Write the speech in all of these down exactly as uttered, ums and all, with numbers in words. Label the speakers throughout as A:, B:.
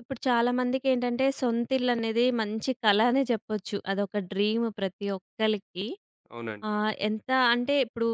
A: ఇప్పుడు చాలామందికేంటంటే, సొంతిల్లనేది మంచి కల అనే చెప్పొచ్చు. అదొక డ్రీమ్ ప్రతి ఒక్కళ్ళకి.
B: అవునండి.
A: ఆహ్, ఎంత అంటే ఇప్పుడు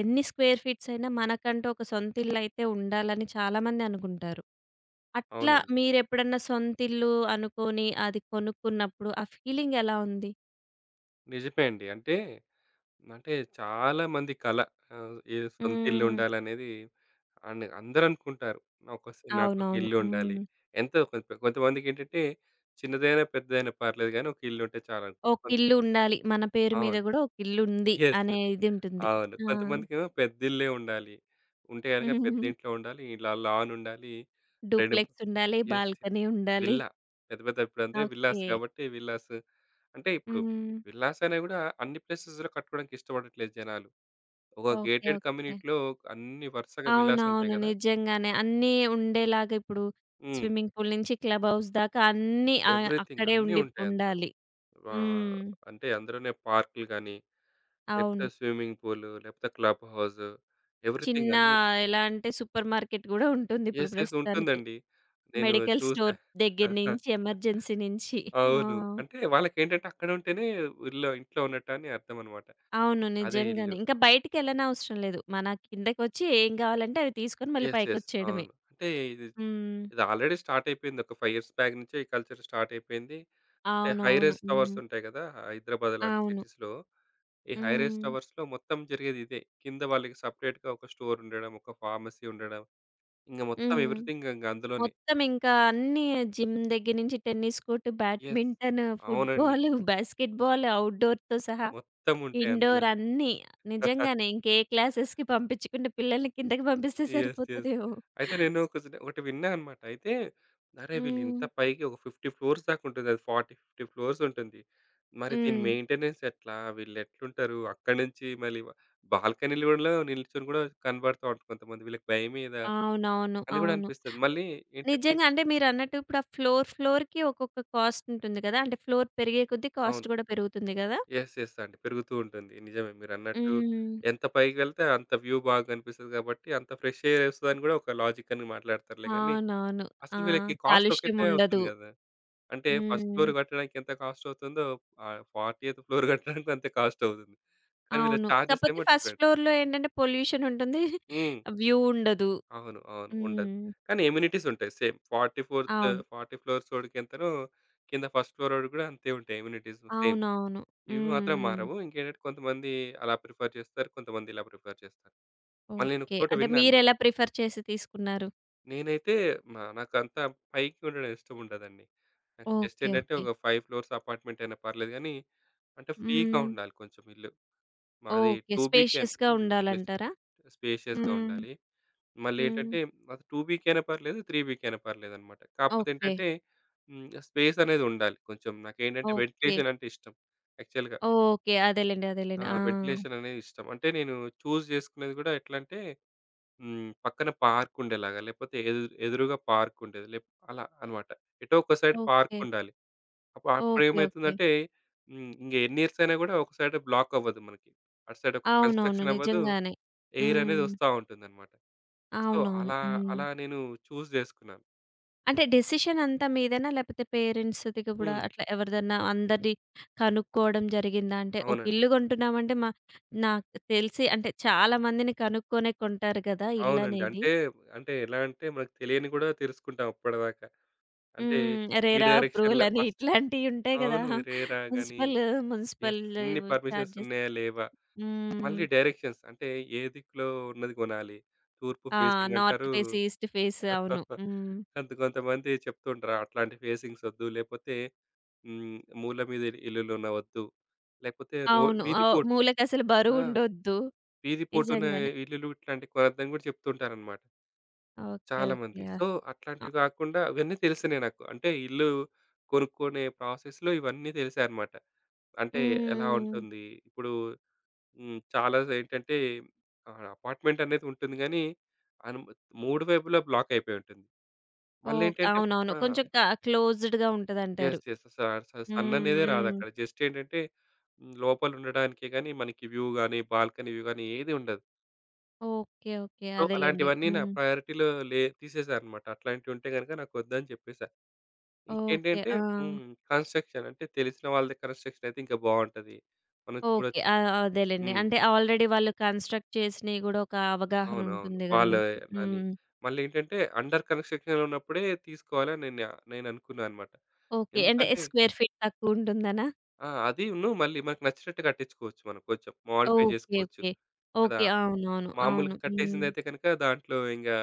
A: ఎన్ని స్క్వేర్ ఫీట్స్ అయినా మనకంటూ ఒక సొంతిల్లయితే ఉండాలని చాలామంది అనుకుంటారు. అట్లా
B: అవునండి.
A: మీరెప్పుడన్నా సొంతిల్లు అనుకోని అది కొనుక్కున్నప్పుడు ఆ ఫీలింగ్ ఎలా ఉంది?
B: నిజమే అండి. అంటే, అంటే చాలా మంది కల ఆహ్, ఏదో సొంత ఇల్లు
A: హ్మ్.
B: ఉండాలనేది అన్ అందరూ అనుకుంటారు. నాకొక నాకొక
A: అవునవును.
B: ఇల్లు ఉండాలి.
A: హ్మ్.
B: ఎంతో కొంత కొంతమందికేంటంటే చిన్నదైనా, పెద్దదైనా పర్లేదు గానీ ఒక ఇల్లు ఉంటే చాలు అనుకుంటారు.
A: ఒక
B: కొంత-
A: ఇల్లు ఉండాలి. మన పేరు మీద
B: అవును.
A: గూడా ఒక ఇల్లుంది
B: యెస్.
A: అనే ఇది ఉంటుంది.
B: అవును.
A: ఆ!
B: కొంతమందికేమో పెద్ద ఇల్లే ఉండాలి. ఉంటే గనుక పెద్ద ఇంట్లో ఉండాలి. ఇలా లాన్ ఉండాలి. రెండు
A: డూప్లెక్స్ ఉండాలి,
B: యెస్. యెస్.
A: బాల్కనీ ఉండాలి.
B: విల్లా. పెద్ద పెద్ద ఇప్పుడంటే విల్లాస్
A: ఓకే.
B: కాబట్టి విల్లాస్ అంటే ఇప్పుడు
A: హ్మ్.
B: విల్లాస్ అయినా గూడా అన్ని ప్లేసెస్‌లో కట్టుకోవడానికి ఇష్టపడట్లేదు జనాలు. ఒక
A: ఓకే.
B: Gated
A: okay.
B: కమ్యూనిటీలో అన్ని వరుసగా విల్లాస్ ఉంటాయి
A: అవునవును.
B: గదా!
A: నిజంగానే. అన్నీ ఉండేలాగా ఇప్పుడు
B: హ్మ్.
A: స్విమ్మింగ్ పూల్ నుంచి క్లబ్ హౌస్ దాకా అన్నీ ఆహ్,
B: ఎవ్రీథింగ్
A: అక్కడే
B: అన్నీ
A: ఉండి
B: ఉంటాయి అందులో.
A: ఉండాలి.
B: ఆహ్,
A: హ్మ్.
B: అంటే అందులోనే పార్కులు గాని, లేకపోతే
A: అవును.
B: స్విమ్మింగ్ పూల్, లేకపోతే క్లబ్ హౌస్ ఎవ్రీథింగ్
A: చిన్న
B: అన్నీ.
A: ఎలా అంటే సూపర్ మార్కెట్ గూడా ఉంటుంది ఇప్పుడు
B: యెస్. యెస్.
A: ప్రస్తుతానికి.
B: ఉంటుందండి. నేను
A: మెడికల్
B: చూసా.
A: స్టోర్ దగ్గర నుంచి ఎమర్జెన్సీ నుంచి. ఆ!
B: అవును. అంటే వాళ్ళకేంటంటే అక్కడ ఉంటేనే ఊర్లో ఇంట్లో ఉన్నట్టు అని అర్థమనమాట.
A: అవును.
B: అదే
A: నిజంగానే.
B: ఇల్లు.
A: ఇంకా బయటికెళ్ళనవసరం లేదు. మన కిందకొచ్చి ఏం కావాలంటే అవి తీసుకొని మళ్ళీ
B: యెస్. యెస్.
A: పైకొచ్చేయడమే.
B: అవును. అంటే ఇది,
A: హ్మ్.
B: ఇది ఆల్రెడీ స్టార్ట్ అయిపోయింది. ఒక ఐదు ఇయర్స్ బ్యాక్ నుంచే ఈ కల్చర్ స్టార్ట్ అయిపోయింది. అంటే హై
A: అవునవును.
B: రైజ్ టవర్స్
A: హ్మ్.
B: ఉంటాయి కదా! హైదరాబాద్ లాంటి
A: అవును.
B: సిటీస్‌లో. ఈ హై రైజ్
A: హ్మ్.
B: టవర్స్‌లో మొత్తం జరిగేది ఇదే. కింద వాళ్ళకి సెపరేట్‌గా ఒక స్టోర్ ఉండడం, ఒక ఫార్మసీ ఉండడం, ఇంక
A: హ్మ్.
B: మొత్తం
A: హ్మ్.
B: ఎవ్రీథింగ్ ఇంక అందులోనే.
A: మొత్తం ఇంకా అన్నీ జిమ్ దగ్గర నుంచి టెన్నిస్ కోర్ట్,
B: యెస్.
A: బ్యాడ్మింటన్,
B: అవునండి.
A: ఫుట్‌బాల్, బాస్కెట్ బాల్, ఔట్‌డోర్‌తో సహా
B: మొత్తం ఉంటాయి
A: ఇండోర్
B: అందులోనే.
A: అన్నీ. నిజంగానే ఇంక ఏ క్లాసెస్‌కి పంపించకుండా పిల్లల్ని కిందకి పంపిస్తే
B: యెస్. యెస్.
A: సరిపోతదేమో.
B: అయితే నేను కొంచెం ఒకటి విన్నా అనమాట. అయితే అరే! వీళ్ళు ఇంత
A: హ్మ్.
B: పైకి ఒక యాభై ఫ్లోర్స్ దాకా ఉంటుంది. అది నలభై, యాభై ఫ్లోర్స్ ఉంటుంది. మరి దీని
A: హ్మ్.
B: మెయింటెనెన్స్ ఎట్లా? వీళ్ళు ఎట్లుంటారు? అక్కడి నుంచి మళ్ళీ బాల్కనీలో కూడా నిల్చొని కూడా కనబడతా ఉంటారు కొంతమంది. వీళ్ళకి భయమేయదా?
A: అవునవును.
B: అని కూడా
A: అవును.
B: అనిపిస్తది. మళ్ళీ ఏంటంటే
A: నిజంగా అంటే మీరన్నట్టు ఇప్పుడు ఆ ఫ్లోర్, ఫ్లోర్‌కి ఒక్కొక్క కాస్ట్ ఉంటుంది కదా! అంటే ఫ్లోర్ పెరిగే కొద్దీ
B: అవును.
A: కాస్ట్ కూడా పెరుగుతుంది కదా!
B: యెస్. యెస్ అండి. పెరుగుతూ ఉంటుంది. నిజమే మీరన్నట్టు
A: హ్మ్.
B: ఎంత పైకి వెళ్తే అంత వ్యూ బాగా కనిపిస్తది కాబట్టి అంత ఫ్రెష్ ఎయిర్ వస్తదని కూడా ఒక లాజిక్ అని మాట్లాడతారులే గానీ
A: అవునవును. ఆ!
B: అసలు వీళ్ళకి కాస్ట్
A: కాలుష్యం
B: ఒకటే అవుతుంది
A: ఉండదు.
B: కదా! అంటే ఫస్ట్ ఫ్లోర్
A: హ్మ్.
B: కట్టడానికి ఎంత కాస్ట్ అవుతుందో ఆహ్, 40థ్ ఫ్లోర్ కట్టడానికి అంతే కాస్ట్ అవుతుంది. కానీ వీళ్ళ
A: అవును.
B: చార్జెస్
A: కాపోతే
B: ఏమో
A: ఫస్ట్
B: డిఫరెంట్.
A: ఫ్లోర్‌లో ఏంటంటే పొల్యూషన్ ఉంటుంది.
B: హ్మ్.
A: వ్యూ ఉండదు.
B: అవును. అవును. ఉండదు.
A: హ్మ్.
B: కానీ అమ్యూనిటీస్ ఉంటాయి సేమ్. 44థ్
A: అవును.
B: నలభై ఫ్లోర్సోడికి ఎంతనో కింద ఫస్ట్ ఫ్లోరోడికి కూడా అంతే ఉంటాయి అమ్యూనిటీస్ సేమ్.
A: అవునవును.
B: ఇవి మాత్రం
A: హ్మ్.
B: మారవు. ఇంకేంటంటే కొంతమంది అలా ప్రిఫర్ చేస్తారు. కొంతమంది ఇలా ప్రిఫర్ చేస్తారు. మళ్ళీ నేను ఒక
A: ఓకే.
B: చోట
A: అంటే
B: విన్నా అన్నమాట.
A: మీరెలా ప్రిఫర్ చేసి తీసుకున్నారు?
B: నేనైతే మ నాకంత పైకి ఉండడం ఇష్టం ఉండదండి. నాకు జస్ట్
A: ఓకే.
B: ఏంటంటే
A: ఓకే.
B: ఒక ఐదు ఫ్లోర్స్ అపార్ట్‌మెంట్ అయినా పర్లేదు గానీ, అంటే ఫ్రీగా
A: హ్మ్.
B: ఉండాలి కొంచెం ఇల్లు. మాది
A: ఓకే.
B: రెండు బికెన్
A: స్పేషియస్‌గా
B: హ్మ్. యెస్. యెస్.
A: ఉండాలంటారా?
B: స్పేషియస్‌గా
A: హ్మ్.
B: ఉండాలి.
A: హ్మ్.
B: మళ్ళేంటంటే అది రెండు బికే అయినా పర్లేదు, మూడు బికే అయినా పర్లేదనమాట. కాకపోతే
A: ఓకే.
B: ఏంటంటే హ్మ్. స్పేస్ అనేది ఉండాలి కొంచెం. నాకేంటంటే
A: ఓకే.
B: వెంటిలేషన్ అంటే ఇష్టం యాక్చువల్‌గా.
A: ఓకే. అదేలెండి.
B: ఆ!
A: అదేలెండి. ఆ!
B: వెంటిలేషన్ అనేది ఇష్టం. అంటే నేను చూజ్ చేసుకునేది గూడా ఎట్లంటే హ్మ్. పక్కన పార్కుండేలాగా లేపోతే ఎదు ఎదురుగా పార్కుండేది. లేప్ అలా అన్నమాట. ఎటో ఒక సైడ్
A: ఓకే.
B: పార్కుండాలి. Up
A: okay. ఓకే.
B: అప్పుడేమైతుందంటే హ్మ్. ఇంగ ఎన్ని ఇయర్స్ అయినా గూడా ఒక సైడ్ బ్లాక్ అవ్వదు మనకి. అటు సైడ్ ఒక
A: అవునవును.
B: కన్‌స్ట్రక్షన్ అవ్వదు.
A: నిజంగానే.
B: ఎయిర్ అనేది
A: హ్మ్.
B: ఒస్తా ఉంటుందన్నమాట. సో,
A: అవునవును.
B: అలా
A: హ్మ్.
B: అలా నేను చూజ్ జేసుకున్నాను.
A: అంటే డెసిషన్ అంతా మీదేనా? లేపోతే పేరెంట్స్‌ది గూడా
B: హ్మ్.
A: అట్లా ఎవరిదన్నా అందరిది కనుక్కోవడం జరిగిందా? అంటే ఒక
B: అవునండి.
A: ఇల్లు కొంటున్నామంటే మా నాకు తెలిసి అంటే చాలా మందిని కనుక్కొనే కొంటారు గదా!
B: అవునండి.
A: ఇల్లనేది.
B: అంటే, అంటే ఎలా అంటే మనకు తెలియనివి గూడా తెలుసుకుంటాం అప్పటిదాకా. అంటే
A: హ్మ్.
B: ఈ
A: రెరా అప్రూవల్
B: డైరెక్షన్‌లో
A: అని
B: ఫస్ట్
A: ఇట్లాంటియి ఉంటాయి గదా!
B: అవును. రేరా గాని
A: మున్సిపల్ మున్సిపల్
B: యెస్. అన్ని
A: ఇవి
B: పర్మిషన్స్
A: చార్జెస్.
B: ఉన్నాయా? లేవా?
A: హ్మ్.
B: మళ్ళీ డైరెక్షన్స్. అంటే ఏ దిక్కులో ఉన్నది కొనాలి. తూర్పు
A: ఆ!
B: ఫేసింగ్
A: నార్త్
B: అంటారు.
A: ఫేస్, ఈస్ట్ ఫేస్ అవును. హ్మ్.
B: కొంత కొంతమంది చెప్తూ ఉంటారు. అట్లాంటి ఫేసింగ్స్ వద్దు. లేపోతే హ్మ్. మూల మీద ఇల్లులున్న వద్దు. లేకపోతే రో
A: అవును.
B: వీధి
A: ఆహ్,
B: పోటు
A: మూలకసలు
B: ఆ!
A: బరువుండొద్దు.
B: వీధి పోటున
A: నిజంగానే.
B: ఇల్లులు ఇట్లాంటివి కొనొద్దని గూడా చెప్తుంటారనమాట
A: ఓకే.
B: చాలామంది.
A: ఓకే.
B: సో,
A: ఆ!
B: అట్లాంటివి కాకుండా ఇవన్నీ తెలిసినయి నాకు. అంటే ఇల్లు కొనుక్కునే ప్రాసెస్‌లో ఇవన్నీ తెలిసాయనమాట. అంటే ఎలా
A: హ్మ్.
B: ఉంటుంది? ఇప్పుడు హ్మ్. చాలా ఏంటంటే ఆహ్, అపార్ట్‌మెంట్ అనేది ఉంటుంది గానీ, అను మూడు వైపులా బ్లాక్ అయిపోయి ఉంటుంది.
A: ఓహ్!
B: మళ్ళేంటంటే
A: అవునవును.
B: ఆ!
A: కొంచెం క క్లోజ్డ్‌గా ఉంటదంటారు.
B: యెస్. యెస్. స స
A: హ్మ్.
B: సన్ననేదే
A: హ్మ్.
B: రాదక్కడ. జస్ట్ ఏంటంటే హ్మ్. లోపల ఉండడానికే గానీ, మనకి వ్యూ గానీ, బాల్కనీ వ్యూ గానీ ఏది ఉండదు.
A: ఓకే. ఓకే.
B: సో,
A: అదేలెండి.
B: అలాంటివన్నీ నా
A: హ్మ్.
B: ప్రయారిటీలో లే తీసేసా అనమాట. అట్లాంటివి ఉంటే గనుక నాకొద్దని చెప్పేసా.
A: ఓకే.
B: ఇంకేంటంటే
A: ఆ!
B: హ్మ్. కన్‌స్ట్రక్షన్ అంటే తెలిసిన వాళ్ళది కన్‌స్ట్రక్షన్ అయితే ఇంకా బావుంటది. మనం
A: ఓకే.
B: చూడొచ్చు.
A: ఆ! అదేలెండి.
B: హ్మ్.
A: అంటే ఆల్రెడీ వాళ్ళు కన్‌స్ట్రక్ట్ చేసినయి గూడా ఒక అవగాహన
B: అవునవును.
A: ఉంటుంది గదా
B: వాళ్ళే
A: మీకు.
B: అని.
A: హ్మ్.
B: మళ్ళేంటంటే అండర్ కన్‌స్ట్రక్షన్‌లో ఉన్నప్పుడే తీసుకోవాలని నేను నేను అనుకున్నా అన్నమాట.
A: ఓకే. అంటే
B: ఎందుకంటే
A: స్క్వేర్ ఫీట్ తక్కువుంటుందనా?
B: ఆ! అదీను మళ్ళీ మనకు నచ్చినట్టు కట్టించుకోవచ్చు మనం కొంచెం. Modify
A: okay.
B: చేసుకోవచ్చు
A: ఓకే.
B: కదా!
A: ఓకే. అవునవును. అవును.
B: మామూలుగా
A: హ్మ్.
B: కట్టేసిందయితే గనుక దాంట్లో ఇంగా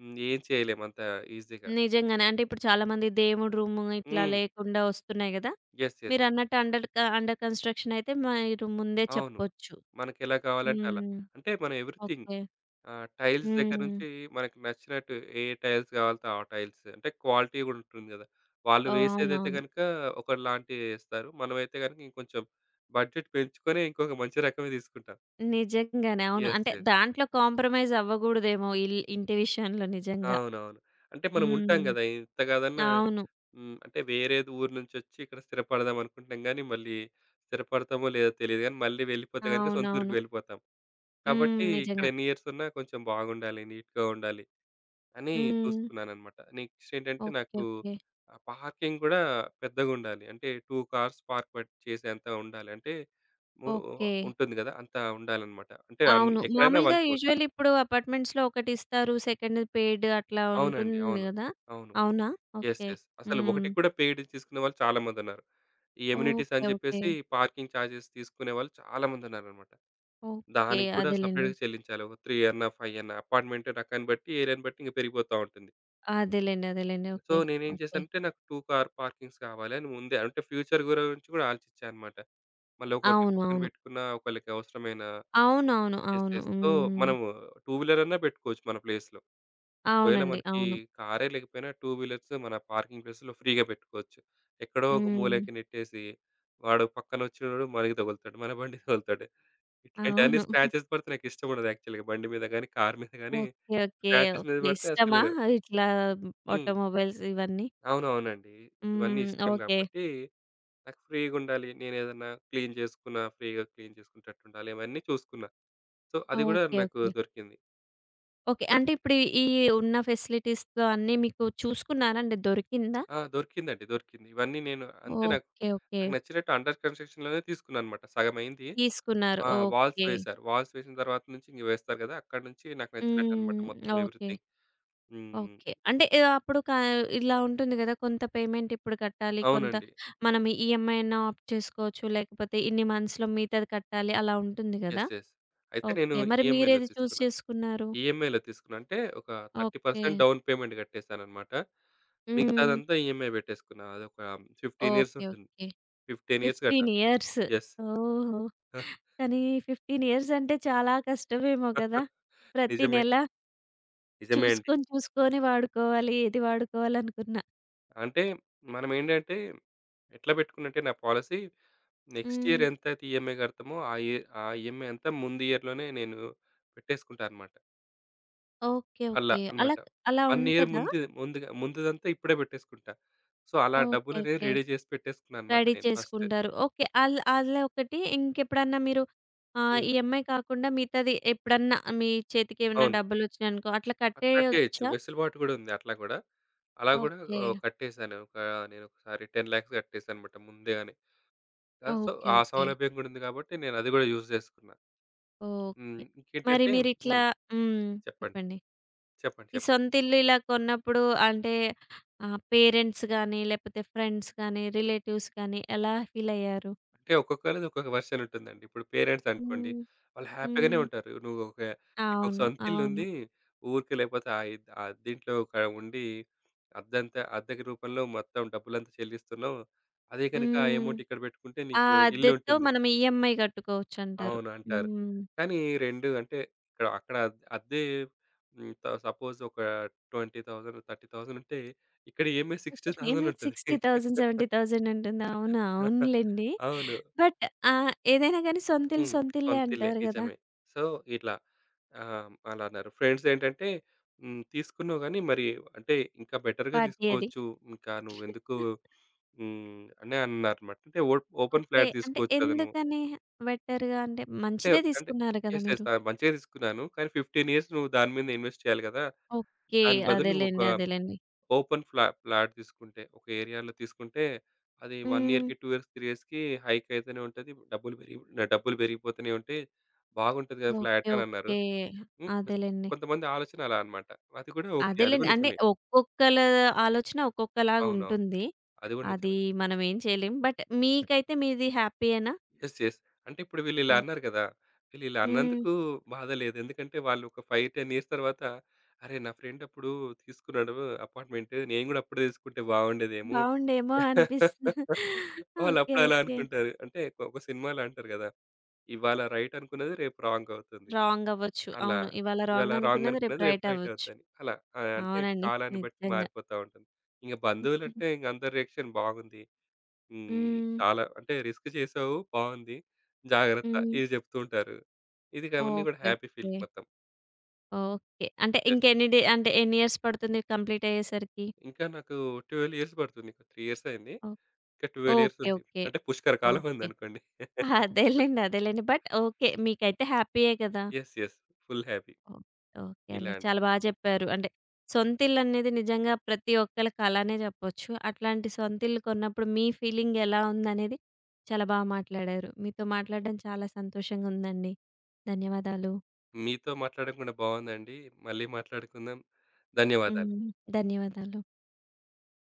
B: హ్మ్. ఏం చేయలేము అంత ఈజీగా.
A: నిజంగానే. అంటే ఇప్పుడు చాలామంది దేవుడి రూము ఇట్లా
B: హ్మ్.
A: లేకుండా వస్తున్నాయి గదా!
B: యెస్. యెస్.
A: మీరన్నట్టు అండర్ క అండర్ కన్‌స్ట్రక్షన్ అయితే మీరు ముందే
B: అవును.
A: చెప్పొచ్చు.
B: మనకెలా కావాలంటే అలా.
A: హ్మ్.
B: అంటే మనం ఎవ్రీథింగ్
A: ఓకే.
B: ఆ! టైల్స్ దగ్గర
A: హ్మ్.
B: నుంచి మనకి నచ్చినట్టు ఏ టైల్స్ కావాలితే ఆ టైల్స్. అంటే క్వాలిటీ కూడా ఉంటుంది కదా! వాళ్ళు వేసేదైతే
A: అవునవును.
B: గనుక ఒకలాంటి ఏస్తారు. మనమైతే గనుక ఇంకొంచెం బడ్జెట్ పెంచుకొని ఇంకొక మంచి రకమే తీసుకుంటాం.
A: నిజంగానే. అవును.
B: యెస్.
A: అంటే
B: యెస్.
A: దాంట్లో కాంప్రమైజ్ అవ్వగూడదేమో ఇల్ ఇంటి విషయంలో నిజంగా.
B: అవునవును. అంటే మనం ఉంటాం
A: హ్మ్.
B: కదా! ఎంత కాదన్నా
A: అవును.
B: హ్మ్. అంటే వేరే ఊరు నుంచొచ్చి ఇక్కడ స్థిరపడదాం అనుకుంటాం గానీ, మళ్ళీ స్థిరపడతామో లేదో తెలీదు గానీ, మళ్ళీ వెళ్ళిపోతే గనుక సొంత ఊరికి
A: అవునవును.
B: వెళ్ళిపోతాం.
A: హ్మ్.
B: కాబట్టి ఇక్కడ
A: నిజంగా.
B: ఎన్ని ఇయర్స్ ఉన్నా కొంచెం బాగుండాలి, నీట్‌గా ఉండాలి. అని
A: హ్మ్.
B: చూసుకున్నాననమాట. నెక్స్టేంటంటే
A: ఓకే.
B: నాకు
A: ఓకే.
B: ఆ పార్కింగ్ గూడా పెద్దగుండాలి. అంటే రెండు కార్స్ పార్క్ పెట్ చేసేంత ఉండాలి. అంటే ము
A: ఓకే.
B: ఉంటుంది గదా! అంత ఉండాలనమాట. అంటే అన్ని
A: అవును.
B: ఎక్కడైనా ఒక
A: మామూలుగా
B: క్రోర్.
A: యూజువల్ ఇప్పుడు అపార్ట్‌మెంట్స్‌లో ఒకటిస్తారు. సెకండ్ పెయిడ్ అట్లా
B: అవునండి.
A: ఉంటుంది
B: అవును.
A: గదా!
B: అవును.
A: అవునా?
B: యెస్.
A: ఓకే.
B: యెస్. అసలు
A: హ్మ్.
B: ఒకటికి కూడా పెయిడ్ తీసుకునే వాళ్ళు చాలా మందున్నారు. ఈ అమ్యూనిటీస్
A: ఓకే.
B: అని
A: ఓకే.
B: జెప్పేసి పార్కింగ్ చార్జెస్ తీసుకునే వాళ్ళు చాలా మందున్నారనమాట.
A: ఓకే.
B: దానికి గూడా
A: అదేలెండి.
B: సెపరేట్‌గా చెల్లించాలి. ఒక మూడు అన్నా, ఐదు అన్నా అపార్ట్‌మెంట్ రకాన్ని బట్టి, ఏరియాని బట్టి ఇంక పెరిగిపోతా ఉంటుంది.
A: అదేలెండి. అదేలెండి.
B: So
A: okay.
B: నేనేం
A: ఓకే.
B: చేశానంటే నాకు రెండు కార్ పార్కింగ్స్ కావాలి అని ముందే అంటే ఫ్యూచర్ గురించి కూడా ఆలోచించానన్నమాట. మళ్ళీ ఒకటి
A: అవును.
B: పక్కన
A: అవును.
B: పెట్టుకున్న ఒకళ్ళకి అవసరమైన
A: అవునవును.
B: యెస్.
A: అవును.
B: యెస్. సో
A: హ్మ్.
B: మనము టూ వీలర్ అన్నా పెట్టుకోవచ్చు మన ప్లేస్‌లో. ఒకవేళ
A: అవునండి.
B: మనకి
A: అవును.
B: కారే లేకపోయినా టూ వీలర్స్ మన పార్కింగ్ ప్లేస్‌లో ఫ్రీగా పెట్టుకోవచ్చు. ఎక్కడో ఒక
A: హ్మ్.
B: మూలకి నెట్టేసి వాడు పక్కన వచ్చినోడు మనకి తగులుతాడు. మన బండి తగులుతాడు. ఇట్లాంటివన్నీ
A: అవును.
B: స్క్రాచెస్ పడితే నాకు ఇష్టం ఉండదు యాక్చువల్‌గా బండి మీద గాని, కార్ మీద గాని
A: ఓకే. ఓకే.
B: స్క్రాచెస్ మీద
A: ఓకే.
B: పడితే అసలు
A: ఇష్టమా ఇట్లా
B: హ్మ్.
A: ఆటోమొబైల్స్ ఇవన్నీ?
B: అవునవునండి. ఇవన్నీ
A: హ్మ్.
B: ఇష్టం
A: ఓకే.
B: గాబట్టి, నాకు ఫ్రీగుండాలి. నేనేదన్నా క్లీన్ జేసుకున్నా, ఫ్రీగా క్లీన్ జేసుకునేటట్టుండాలి. ఇవన్నీ చూసుకున్నా. సో, అది గూడా
A: ఓకే.
B: నాకు
A: ఓకే.
B: దొరికింది.
A: ఓకే. అంటే ఇప్పుడు ఈ ఉన్న ఫెసిలిటీస్‌తో అన్నీ మీకు చూసుకున్నారా అండి? దొరికిందా?
B: ఆ! దొరికిందండి. దొరికింది. ఇవన్నీ నేను అంటే నాకు,
A: ఓకే. ఓకే.
B: నాకు నచ్చినట్టు అండర్ కన్‌స్ట్రక్షన్‌లోనే తీసుకున్నా అనమాట. సగమయింది.
A: తీసుకున్నారు.
B: ఆ! Walls
A: okay.
B: వేశారు. వాల్స్ వేసిన తర్వాత నుంచి ఇంక వేస్తారు గదా! అక్కడి నుంచి నాకు నచ్చినట్టనమాట
A: హ్మ్.
B: మొత్తం
A: ఓకే.
B: ఎవ్రీథింగ్. హ్మ్.
A: ఓకే. అంటే ఆహ్, అప్పుడు క ఇలా ఉంటుంది గదా! కొంత పేమెంట్ ఇప్పుడు కట్టాలి. కొంత
B: అవునండి.
A: మనం ఈఎంఐ అన్నా ఆప్ట్ చేసుకోవచ్చు. లేకపోతే ఇన్ని మంత్స్‌లో మిగతాది కట్టాలి. అలా ఉంటుంది గదా!
B: యెస్. యెస్. అయితే నేను
A: ఓకే. మరి
B: ఈఎంఐలో
A: మీరేది చూజ్
B: తీసుకున్నా.
A: చేసుకున్నారు?
B: ఈఎంఐలో తీసుకున్నా. అంటే ఒక
A: ఓకే.
B: ముప్పై శాతం డౌన్ పేమెంట్ కట్టేసాననమాట.
A: హ్మ్.
B: మిగతాదంతా ఈఎంఐ పెట్టేసుకున్నా. అదొక పదిహేను ఇయర్స్
A: ఓకే.
B: ఉంటుంది.
A: ఓకే.
B: పదిహేను ఇయర్స్
A: పదిహేను
B: కట్టాలి.
A: ఇయర్స్.
B: యెస్.
A: ఓహో!
B: ఆ!
A: కానీ పదిహేను ఇయర్స్ అంటే చాలా కష్టమేమో కదా! ప్రతి
B: నిజమే.
A: నెల
B: నిజమే అండి.
A: చూసుకొని, చూసుకొని వాడుకోవాలి. ఏది వాడుకోవాలనుకున్నా.
B: అంటే మనమేంటంటే ఎట్లా పెట్టుకున్నంటే నా పాలిసీ నెక్స్ట్
A: హ్మ్.
B: ఇయర్ ఎంతైతే ఈఎంఐ కడతామో ఆ ఇ ఆ ఈఎంఐ అంతా ముందు ఇయర్‌లోనే నేను పెట్టేసుకుంటా అనమాట.
A: ఓకే.
B: అలా
A: ఓకే.
B: అనమాట.
A: అలా అలా
B: ఒక ఇయర్
A: ఉంటదా?
B: ముందు ముందుగా ముందుదంతా ఇప్పుడే పెట్టేసుకుంటా. సో, అలా
A: ఓకే.
B: డబ్బులనేవి
A: ఓకే.
B: రెడీ చేసి పెట్టేసుకున్నా అనమాట
A: రెడీ
B: నేను ఫస్ట్.
A: చేసుకుంటారు. ఓకే. అల్ అలా ఒకటి. ఇంకెప్పుడన్నా మీరు ఆహ్,
B: హ్మ్.
A: ఈఎంఐ కాకుండా మిగతాది ఎప్పుడన్నా మీ చేతికి ఏమన్నా
B: అవును.
A: డబ్బులొచ్చినాయనుకో అట్లా
B: ఆ! కట్టేయొచ్చు.
A: కట్టేయొచ్చా?
B: వెసులుబాటు గూడా ఉంది అట్లా గూడా. అలా గూడా
A: ఓకే.
B: ఆహ్, కట్టేసాను. ఒక నేనొకసారి పది లక్షలు కట్టేసానన్నమాట ముందుగానే. ఆహ్, సో,
A: ఓకే.
B: ఆ
A: ఓకే.
B: సౌలభ్యం గూడా ఉంది కాబట్టి నేనది గూడా యూజ్ చేసుకున్నా. హ్మ్.
A: ఓకే. మరి
B: ఇంకేంటంటే
A: మీరిట్లా
B: హ్మ్.
A: హ్మ్.
B: చెప్పండి.
A: చెప్పండి.
B: చెప్పండి.
A: ఈ
B: చెప్పండి.
A: సొంత ఇల్లు ఇలా కొన్నప్పుడు అంటే ఆహ్, పేరెంట్స్ గాని, లేపోతే ఫ్రెండ్స్ గాని, రిలేటివ్స్ గాని ఎలా ఫీలయ్యారు?
B: అంటే ఒక్కొక్కళ్ళది ఒక్కొక్క వెర్షన్ ఉంటుందండి. ఇప్పుడు పేరెంట్స్ అనుకోండి,
A: హ్మ్.
B: వాళ్ళు హ్యాపీగానే
A: హ్మ్.
B: ఉంటారు. నువ్వు ఒక నీకొక
A: అవును. అవును.
B: సొంతిల్లుంది. ఊరికే లేకపోతే ఆ ఇద్ ఆ దీంట్లో ఒక ఉండి అద్దంతా అద్దెకి రూపంలో మొత్తం డబ్బులంతా చెల్లిస్తున్నావు. అదే గనుక ఆ
A: హ్మ్.
B: అమౌంట్ ఇక్కడ పెట్టుకుంటే
A: ఆ
B: నీకు
A: అద్దెతో
B: ఇల్లుంటుంది.
A: మనం ఈఎంఐ కట్టుకోవచ్చంటారు.
B: అవును అంటారు.
A: హ్మ్.
B: కానీ రెండు అంటే ఇక్కడ అక్కడ అద్దే హ్మ్. త సపోజ్ ఒక ఇరవై వేలు, ముప్పై వేలు ఉంటే ఇక్కడ ఈఎంఐ
A: ఇక్కడ
B: అరవై వేలు
A: ఈఎంఐ
B: ఉంటది.
A: అరవై వేలు, డెబ్బై వేలు ఉంటుంది. అవునా? అవునులెండి.
B: అవును.
A: బట్ ఆహ్, ఏదైనా గాని సొంతిల్లు
B: హ్మ్.
A: సొంతిల్లే
B: సొంతిల్లే
A: అంటారు గదా!
B: నిజమే. సో, ఇట్లా ఆహ్, అలా అన్నారు. ఫ్రెండ్స్ ఏంటంటే హ్మ్. తీసుకున్నావు గానీ మరి అంటే ఇంకా బెటర్‌గా
A: పార్టీ అది.
B: తీసుకోవచ్చు. ఇంకా నువ్వెందుకు హ్మ్. అని అన్నారన్నమాట. అంటే ఓ ఓపెన్
A: ఓకే.
B: ఫ్లాట్
A: అంటే
B: తీసుకోవచ్చు కదా! నువ్వు.
A: ఎందుకని బెటర్‌గా అంటే
B: అంటే
A: మంచిదే
B: అంటే
A: తీసుకున్నారు కదా
B: యెస్. యెస్.
A: మీరు.
B: ఆ! మంచిగా తీసుకున్నాను. కానీ పదిహేను ఇయర్స్ నువ్వు దాని మీద ఇన్వెస్ట్ చేయాలి కదా!
A: ఓకే.
B: దాని బదులు నువ్వు ఒక
A: అదేలెండి. అదేలెండి.
B: ఓపెన్ ఫ్లా ఫ్లాట్ తీసుకుంటే, ఒక ఏరియాలో తీసుకుంటే అది ఒక
A: హ్మ్.
B: ఇయర్‌కి, రెండు ఇయర్స్, మూడు ఇయర్స్‌కి హైక్ అయితేనే ఉంటది. డబ్బులు పెరిగి నా డబ్బులు పెరిగిపోతూనే ఉంటాయి. బాగుంటది కదా!
A: ఓకే.
B: ఫ్లాట్ అని అన్నారు.
A: ఓకే.
B: హ్మ్.
A: అదేలెండి.
B: కొంతమంది ఆలోచన అలా అన్నమాట. అది కూడా ఓకే. అది
A: అదేలెండి.
B: కూడా
A: అంటే
B: నిజమే.
A: ఒక్కొక్కల ఆలోచన
B: అవునవును.
A: ఒక్కొక్కలాగుంటుంది.
B: అది కూడా
A: అది
B: నిజమే.
A: మనం ఏం చేయలేం. బట్ మీకైతే మీది హ్యాపీయేనా?
B: యెస్. యెస్. అంటే ఇప్పుడు వీళ్ళిలా
A: ఓహ్!
B: అన్నారు గదా! వీళ్ళిలా
A: హ్మ్.
B: అన్నందుకు బాధ లేదు. ఎందుకంటే వాళ్ళు ఒక ఐదు, పది ఇయర్స్ తర్వాత అరే! నా ఫ్రెండ్ అప్పుడు తీసుకున్నాడు అపార్ట్‌మెంట్. నేను గూడా అప్పుడే తీసుకుంటే బాగుండేదేమో.
A: బావుండేమో అనిపిస్తుంది. ఓకే.
B: వాళ్ళప్పుడు అలా
A: ఓకే.
B: అనుకుంటారు. అంటే ఒక ఒక సినిమాలో అంటారు గదా! ఇవాళ రైట్ అనుకున్నది రేపు రాంగ్ అవుతుంది.
A: రాంగ్ అవ్వచ్చు.
B: అలా.
A: అవును. ఇవాళ
B: ఇవాళ
A: రాంగ్
B: రాంగ్
A: అనుకున్నది రేపు
B: అనుకున్నది రేపు
A: రైట్
B: రైట్
A: అవ్వచ్చు.
B: అవుద్దని. అలా. ఆహ్, అంటే
A: అవునండి.
B: కాలాన్ని బట్టి
A: నిజంగా.
B: మారిపోతా ఉంటుంది. ఇంక బంధువులంటే ఇంక అందరి రియాక్షన్ బాగుంది. హ్మ్.
A: హ్మ్.
B: చాలా అంటే రిస్క్ చేసావు బావుంది. జాగ్రత్త
A: హ్మ్.
B: ఇది చెప్తూ ఉంటారు. ఇది అవన్నీ కూడా
A: ఓకే.
B: Happy
A: okay.
B: ఫీలింగ్ మొత్తం.
A: ఓకే. అంటే
B: జస్ట్
A: ఇంకెన్ని డే అంటే ఎన్ని ఇయర్స్ పడుతుంది కంప్లీట్ అయ్యేసరికి?
B: ఇంకా నాకు పన్నెండు ఇయర్స్ పడుతుంది. ఇంకా మూడు ఇయర్స్ అయింది.
A: ఓహ్!
B: ఇంకా పన్నెండు ఇయర్స్
A: ఓకే.
B: ఉంది.
A: ఓకే.
B: అంటే పుష్కర కాలం
A: ఓకే.
B: ఉందనుకోండి.
A: అదేలెండి. అదేలెండి. But okay. మీకైతే హ్యాపీయే కదా!
B: Yes. Yes. Full happy.
A: Oh! Okay
B: ఇలా
A: అండి.
B: అండి.
A: చాలా బా చెప్పారు. అంటే సొంతిల్లనేది నిజంగా ప్రతి ఒక్కళ్ళ కలనే చెప్పొచ్చు. అట్లాంటి సొంతిల్లు కొన్నప్పుడు మీ ఫీలింగ్ ఎలా ఉందనేది చాలా బా మాట్లాడారు. మీతో మాట్లాడడం చాలా సంతోషంగా ఉందండి. ధన్యవాదాలు.
B: మీతో మాట్లాడడం కూడా బావుందండి. మళ్ళీ మాట్లాడుకుందాం. ధన్యవాదాలు.
A: హ్మ్. ధన్యవాదాలు.